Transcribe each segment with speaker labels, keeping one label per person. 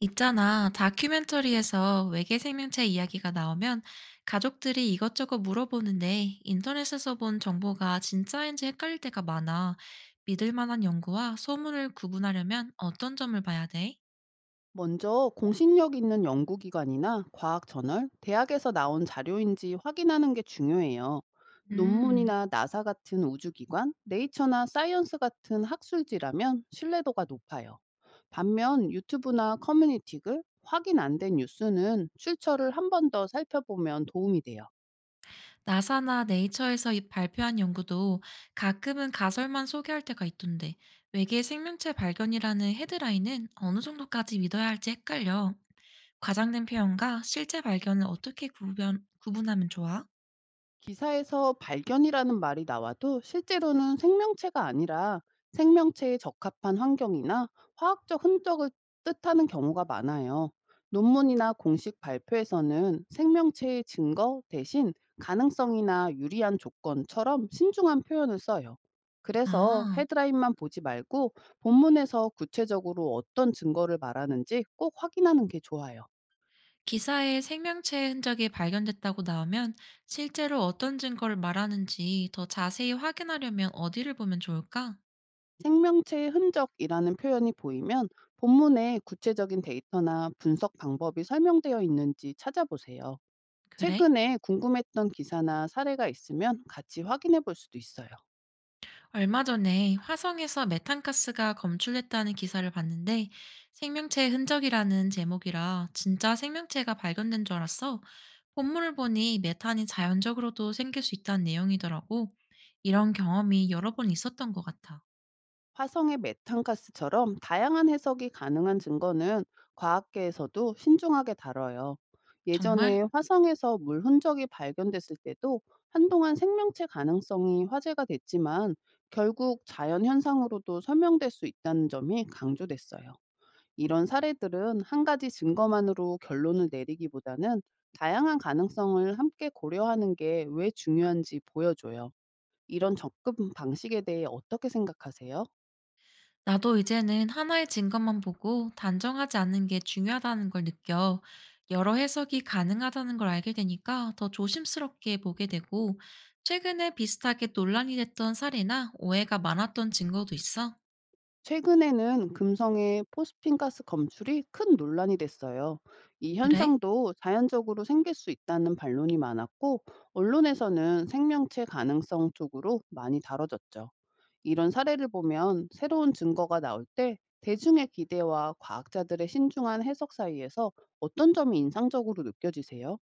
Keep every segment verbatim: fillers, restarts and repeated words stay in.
Speaker 1: 있잖아, 다큐멘터리에서 외계 생명체 이야기가 나오면 가족들이 이것저것 물어보는데 인터넷에서 본 정보가 진짜인지 헷갈릴 때가 많아. 믿을 만한 연구와 소문을 구분하려면 어떤 점을 봐야 돼?
Speaker 2: 먼저 공신력 있는 연구기관이나 과학 저널, 대학에서 나온 자료인지 확인하는 게 중요해요.
Speaker 1: 음,
Speaker 2: 논문이나 나사 같은 우주기관, 네이처나 사이언스 같은 학술지라면 신뢰도가 높아요. 반면 유튜브나 커뮤니티 글, 확인 안 된 뉴스는 출처를 한 번 더 살펴보면 도움이 돼요.
Speaker 1: 나사나 네이처에서 이- 발표한 연구도 가끔은 가설만 소개할 때가 있던데 외계 생명체 발견이라는 헤드라인은 어느 정도까지 믿어야 할지 헷갈려. 과장된 표현과 실제 발견을 어떻게 구분, 구분하면 좋아?
Speaker 2: 기사에서 발견이라는 말이 나와도 실제로는 생명체가 아니라 생명체에 적합한 환경이나 화학적 흔적을 뜻하는 경우가 많아요. 논문이나 공식 발표에서는 생명체의 증거 대신 가능성이나 유리한 조건처럼 신중한 표현을 써요. 그래서
Speaker 1: 아,
Speaker 2: 헤드라인만 보지 말고 본문에서 구체적으로 어떤 증거를 말하는지 꼭 확인하는 게 좋아요.
Speaker 1: 기사에 생명체의 흔적이 발견됐다고 나오면 실제로 어떤 증거를 말하는지 더 자세히 확인하려면 어디를 보면 좋을까?
Speaker 2: 생명체의 흔적이라는 표현이 보이면 본문에 구체적인 데이터나 분석 방법이 설명되어 있는지 찾아보세요.
Speaker 1: 그래?
Speaker 2: 최근에 궁금했던 기사나 사례가 있으면 같이 확인해 볼 수도 있어요.
Speaker 1: 얼마 전에 화성에서 메탄가스가 검출됐다는 기사를 봤는데 생명체의 흔적이라는 제목이라 진짜 생명체가 발견된 줄 알았어. 본문을 보니 메탄이 자연적으로도 생길 수 있다는 내용이더라고. 이런 경험이 여러 번 있었던 것 같아.
Speaker 2: 화성의 메탄가스처럼 다양한 해석이 가능한 증거는 과학계에서도 신중하게 다뤄요.
Speaker 1: 정말.
Speaker 2: 예전에 화성에서 물 흔적이 발견됐을 때도 한동안 생명체 가능성이 화제가 됐지만, 결국 자연 현상으로도 설명될 수 있다는 점이 강조됐어요. 이런 사례들은 한 가지 증거만으로 결론을 내리기보다는 다양한 가능성을 함께 고려하는 게 왜 중요한지 보여줘요. 이런 접근 방식에 대해 어떻게 생각하세요?
Speaker 1: 나도 이제는 하나의 증거만 보고 단정하지 않는 게 중요하다는 걸 느껴. 여러 해석이 가능하다는 걸 알게 되니까 더 조심스럽게 보게 되고, 최근에 비슷하게 논란이 됐던 사례나 오해가 많았던 증거도 있어.
Speaker 2: 최근에는 금성의 포스핀 가스 검출이 큰 논란이 됐어요. 이
Speaker 1: 그래?
Speaker 2: 현상도 자연적으로 생길 수 있다는 반론이 많았고, 언론에서는 생명체 가능성 쪽으로 많이 다뤄졌죠. 이런 사례를 보면 새로운 증거가 나올 때 대중의 기대와 과학자들의 신중한 해석 사이에서 어떤 점이 인상적으로 느껴지세요?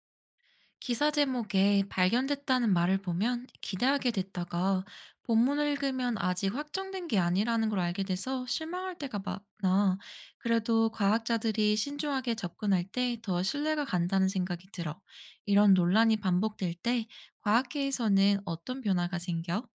Speaker 1: 기사 제목에 발견됐다는 말을 보면 기대하게 됐다가 본문을 읽으면 아직 확정된 게 아니라는 걸 알게 돼서 실망할 때가 많아. 그래도 과학자들이 신중하게 접근할 때 더 신뢰가 간다는 생각이 들어. 이런 논란이 반복될 때 과학계에서는 어떤 변화가 생겨?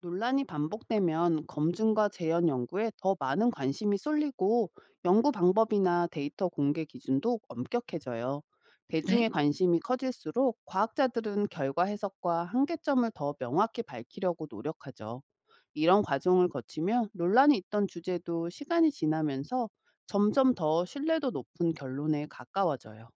Speaker 2: 논란이 반복되면 검증과 재현 연구에 더 많은 관심이 쏠리고, 연구 방법이나 데이터 공개 기준도 엄격해져요. 대중의
Speaker 1: 그래?
Speaker 2: 관심이 커질수록 과학자들은 결과 해석과 한계점을 더 명확히 밝히려고 노력하죠. 이런 과정을 거치며 논란이 있던 주제도 시간이 지나면서 점점 더 신뢰도 높은 결론에 가까워져요.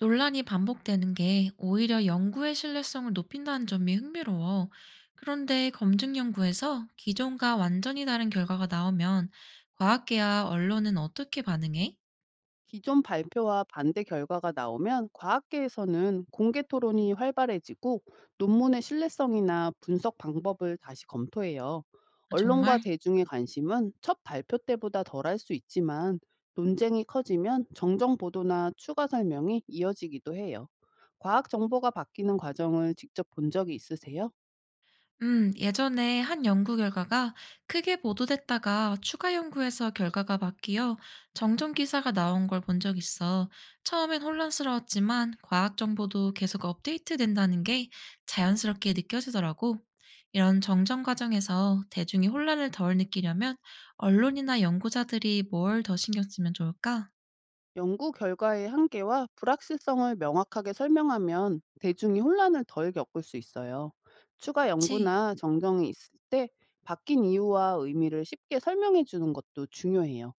Speaker 1: 논란이 반복되는 게 오히려 연구의 신뢰성을 높인다는 점이 흥미로워. 그런데 검증 연구에서 기존과 완전히 다른 결과가 나오면 과학계와 언론은 어떻게 반응해?
Speaker 2: 기존 발표와 반대 결과가 나오면 과학계에서는 공개 토론이 활발해지고, 논문의 신뢰성이나 분석 방법을 다시 검토해요. 언론과
Speaker 1: 정말.
Speaker 2: 대중의 관심은 첫 발표 때보다 덜할 수 있지만, 논쟁이 커지면 정정 보도나 추가 설명이 이어지기도 해요. 과학 정보가 바뀌는 과정을 직접 본 적이 있으세요?
Speaker 1: 음, 예전에 한 연구 결과가 크게 보도됐다가 추가 연구에서 결과가 바뀌어 정정 기사가 나온 걸 본 적 있어. 처음엔 혼란스러웠지만 과학 정보도 계속 업데이트된다는 게 자연스럽게 느껴지더라고. 이런 정정 과정에서 대중이 혼란을 덜 느끼려면 언론이나 연구자들이 뭘 더 신경 쓰면 좋을까?
Speaker 2: 연구 결과의 한계와 불확실성을 명확하게 설명하면 대중이 혼란을 덜 겪을 수 있어요. 추가
Speaker 1: 그치?
Speaker 2: 연구나 정정이 있을 때 바뀐 이유와 의미를 쉽게 설명해 주는 것도 중요해요.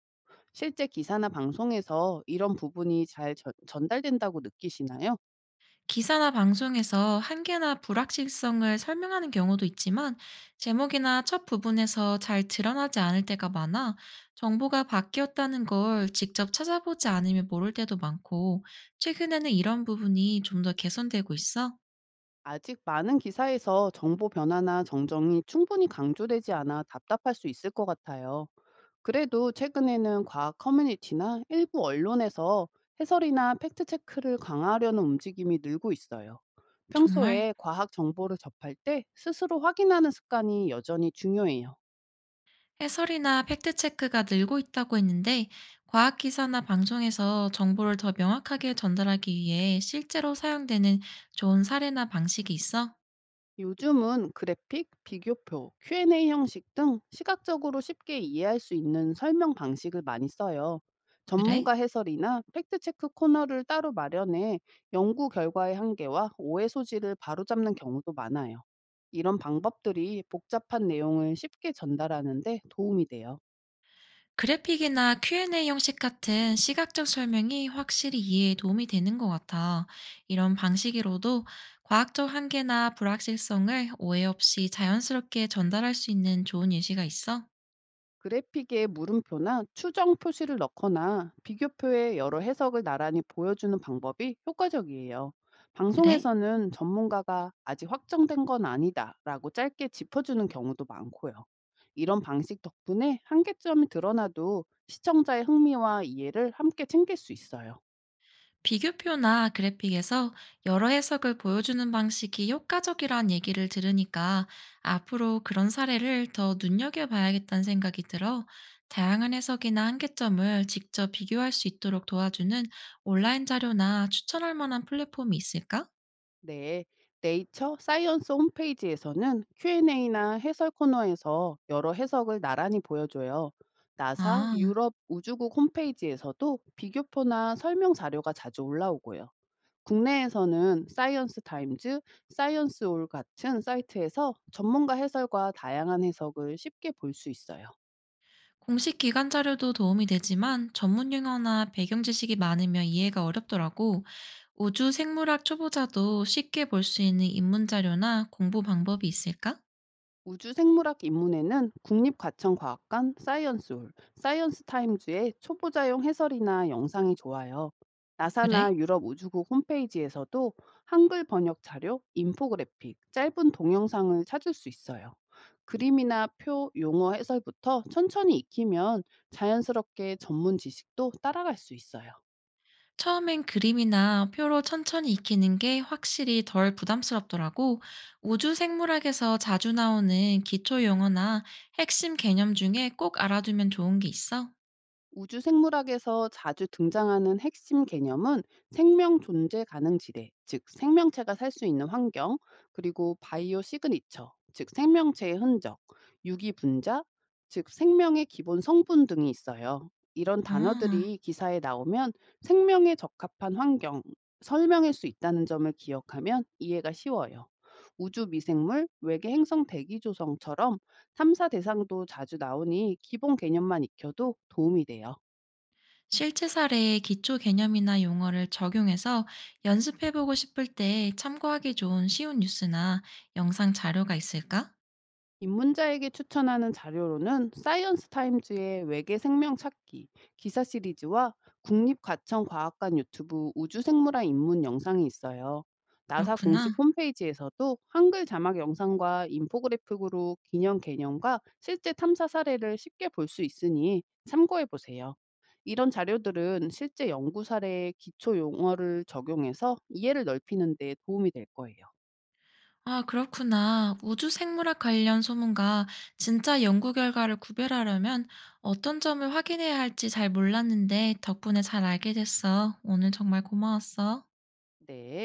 Speaker 2: 실제 기사나 방송에서 이런 부분이 잘 전- 전달된다고 느끼시나요?
Speaker 1: 기사나 방송에서 한계나 불확실성을 설명하는 경우도 있지만 제목이나 첫 부분에서 잘 드러나지 않을 때가 많아 정보가 바뀌었다는 걸 직접 찾아보지 않으면 모를 때도 많고 최근에는 이런 부분이 좀 더 개선되고 있어.
Speaker 2: 아직 많은 기사에서 정보 변화나 정정이 충분히 강조되지 않아 답답할 수 있을 것 같아요. 그래도 최근에는 과학 커뮤니티나 일부 언론에서 해설이나 팩트체크를 강화하려는 움직임이 늘고 있어요.
Speaker 1: 정말.
Speaker 2: 평소에 과학 정보를 접할 때 스스로 확인하는 습관이 여전히 중요해요.
Speaker 1: 해설이나 팩트체크가 늘고 있다고 했는데 과학 기사나 방송에서 정보를 더 명확하게 전달하기 위해 실제로 사용되는 좋은 사례나 방식이 있어?
Speaker 2: 요즘은 그래픽, 비교표, 큐 앤 에이 형식 등 시각적으로 쉽게 이해할 수 있는 설명 방식을 많이 써요. 전문가
Speaker 1: 그래?
Speaker 2: 해설이나 팩트체크 코너를 따로 마련해 연구 결과의 한계와 오해 소지를 바로잡는 경우도 많아요. 이런 방법들이 복잡한 내용을 쉽게 전달하는 데 도움이 돼요.
Speaker 1: 그래픽이나 큐앤에이 형식 같은 시각적 설명이 확실히 이해에 도움이 되는 것 같아. 이런 방식으로도 과학적 한계나 불확실성을 오해 없이 자연스럽게 전달할 수 있는 좋은 예시가 있어?
Speaker 2: 그래픽에 물음표나 추정 표시를 넣거나 비교표에 여러 해석을 나란히 보여주는 방법이 효과적이에요.
Speaker 1: 그래?
Speaker 2: 방송에서는 전문가가 아직 확정된 건 아니다라고 짧게 짚어주는 경우도 많고요. 이런 방식 덕분에 한계점이 드러나도 시청자의 흥미와 이해를 함께 챙길 수 있어요.
Speaker 1: 비교표나 그래픽에서 여러 해석을 보여주는 방식이 효과적이란 얘기를 들으니까 앞으로 그런 사례를 더 눈여겨봐야겠다는 생각이 들어 다양한 해석이나 한계점을 직접 비교할 수 있도록 도와주는 온라인 자료나 추천할 만한 플랫폼이 있을까?
Speaker 2: 네, 네이처 사이언스 홈페이지에서는 큐 앤 에이나 해설 코너에서 여러 해석을 나란히 보여줘요. 나사
Speaker 1: 아,
Speaker 2: 유럽 우주국 홈페이지에서도 비교표나 설명 자료가 자주 올라오고요. 국내에서는 사이언스 타임즈, 사이언스 올 같은 사이트에서 전문가 해설과 다양한 해석을 쉽게 볼 수 있어요.
Speaker 1: 공식 기관 자료도 도움이 되지만 전문 용어나 배경 지식이 많으면 이해가 어렵더라고. 우주 생물학 초보자도 쉽게 볼 수 있는 입문 자료나 공부 방법이 있을까?
Speaker 2: 우주생물학 입문에는 국립과천과학관 사이언스홀, 사이언스타임즈의 초보자용 해설이나 영상이 좋아요.
Speaker 1: 그래?
Speaker 2: 나사나 유럽 우주국 홈페이지에서도 한글 번역 자료, 인포그래픽, 짧은 동영상을 찾을 수 있어요. 그림이나 표, 용어 해설부터 천천히 익히면 자연스럽게 전문 지식도 따라갈 수 있어요.
Speaker 1: 처음엔 그림이나 표로 천천히 익히는 게 확실히 덜 부담스럽더라고. 우주 생물학에서 자주 나오는 기초 용어나 핵심 개념 중에 꼭 알아두면 좋은 게 있어?
Speaker 2: 우주 생물학에서 자주 등장하는 핵심 개념은 생명 존재 가능 지대, 즉 생명체가 살 수 있는 환경, 그리고 바이오 시그니처, 즉 생명체의 흔적, 유기 분자, 즉 생명의 기본 성분 등이 있어요. 이런
Speaker 1: 아,
Speaker 2: 단어들이 기사에 나오면 생명에 적합한 환경 설명할 수 있다는 점을 기억하면 이해가 쉬워요. 우주 미생물, 외계 행성 대기 조성처럼 탐사 대상도 자주 나오니 기본 개념만 익혀도 도움이 돼요.
Speaker 1: 실제 사례의 기초 개념이나 용어를 적용해서 연습해보고 싶을 때 참고하기 좋은 쉬운 뉴스나 영상 자료가 있을까?
Speaker 2: 입문자에게 추천하는 자료로는 사이언스 타임즈의 외계 생명 찾기 기사 시리즈와 국립과천과학관 유튜브 우주생물학 입문 영상이 있어요. 나사
Speaker 1: 그렇구나.
Speaker 2: 공식 홈페이지에서도 한글 자막 영상과 인포그래픽으로 기념 개념과 실제 탐사 사례를 쉽게 볼 수 있으니 참고해 보세요. 이런 자료들은 실제 연구 사례에 기초 용어를 적용해서 이해를 넓히는 데 도움이 될 거예요.
Speaker 1: 아, 그렇구나. 우주 생물학 관련 소문과 진짜 연구 결과를 구별하려면 어떤 점을 확인해야 할지 잘 몰랐는데 덕분에 잘 알게 됐어. 오늘 정말 고마웠어.
Speaker 2: 네.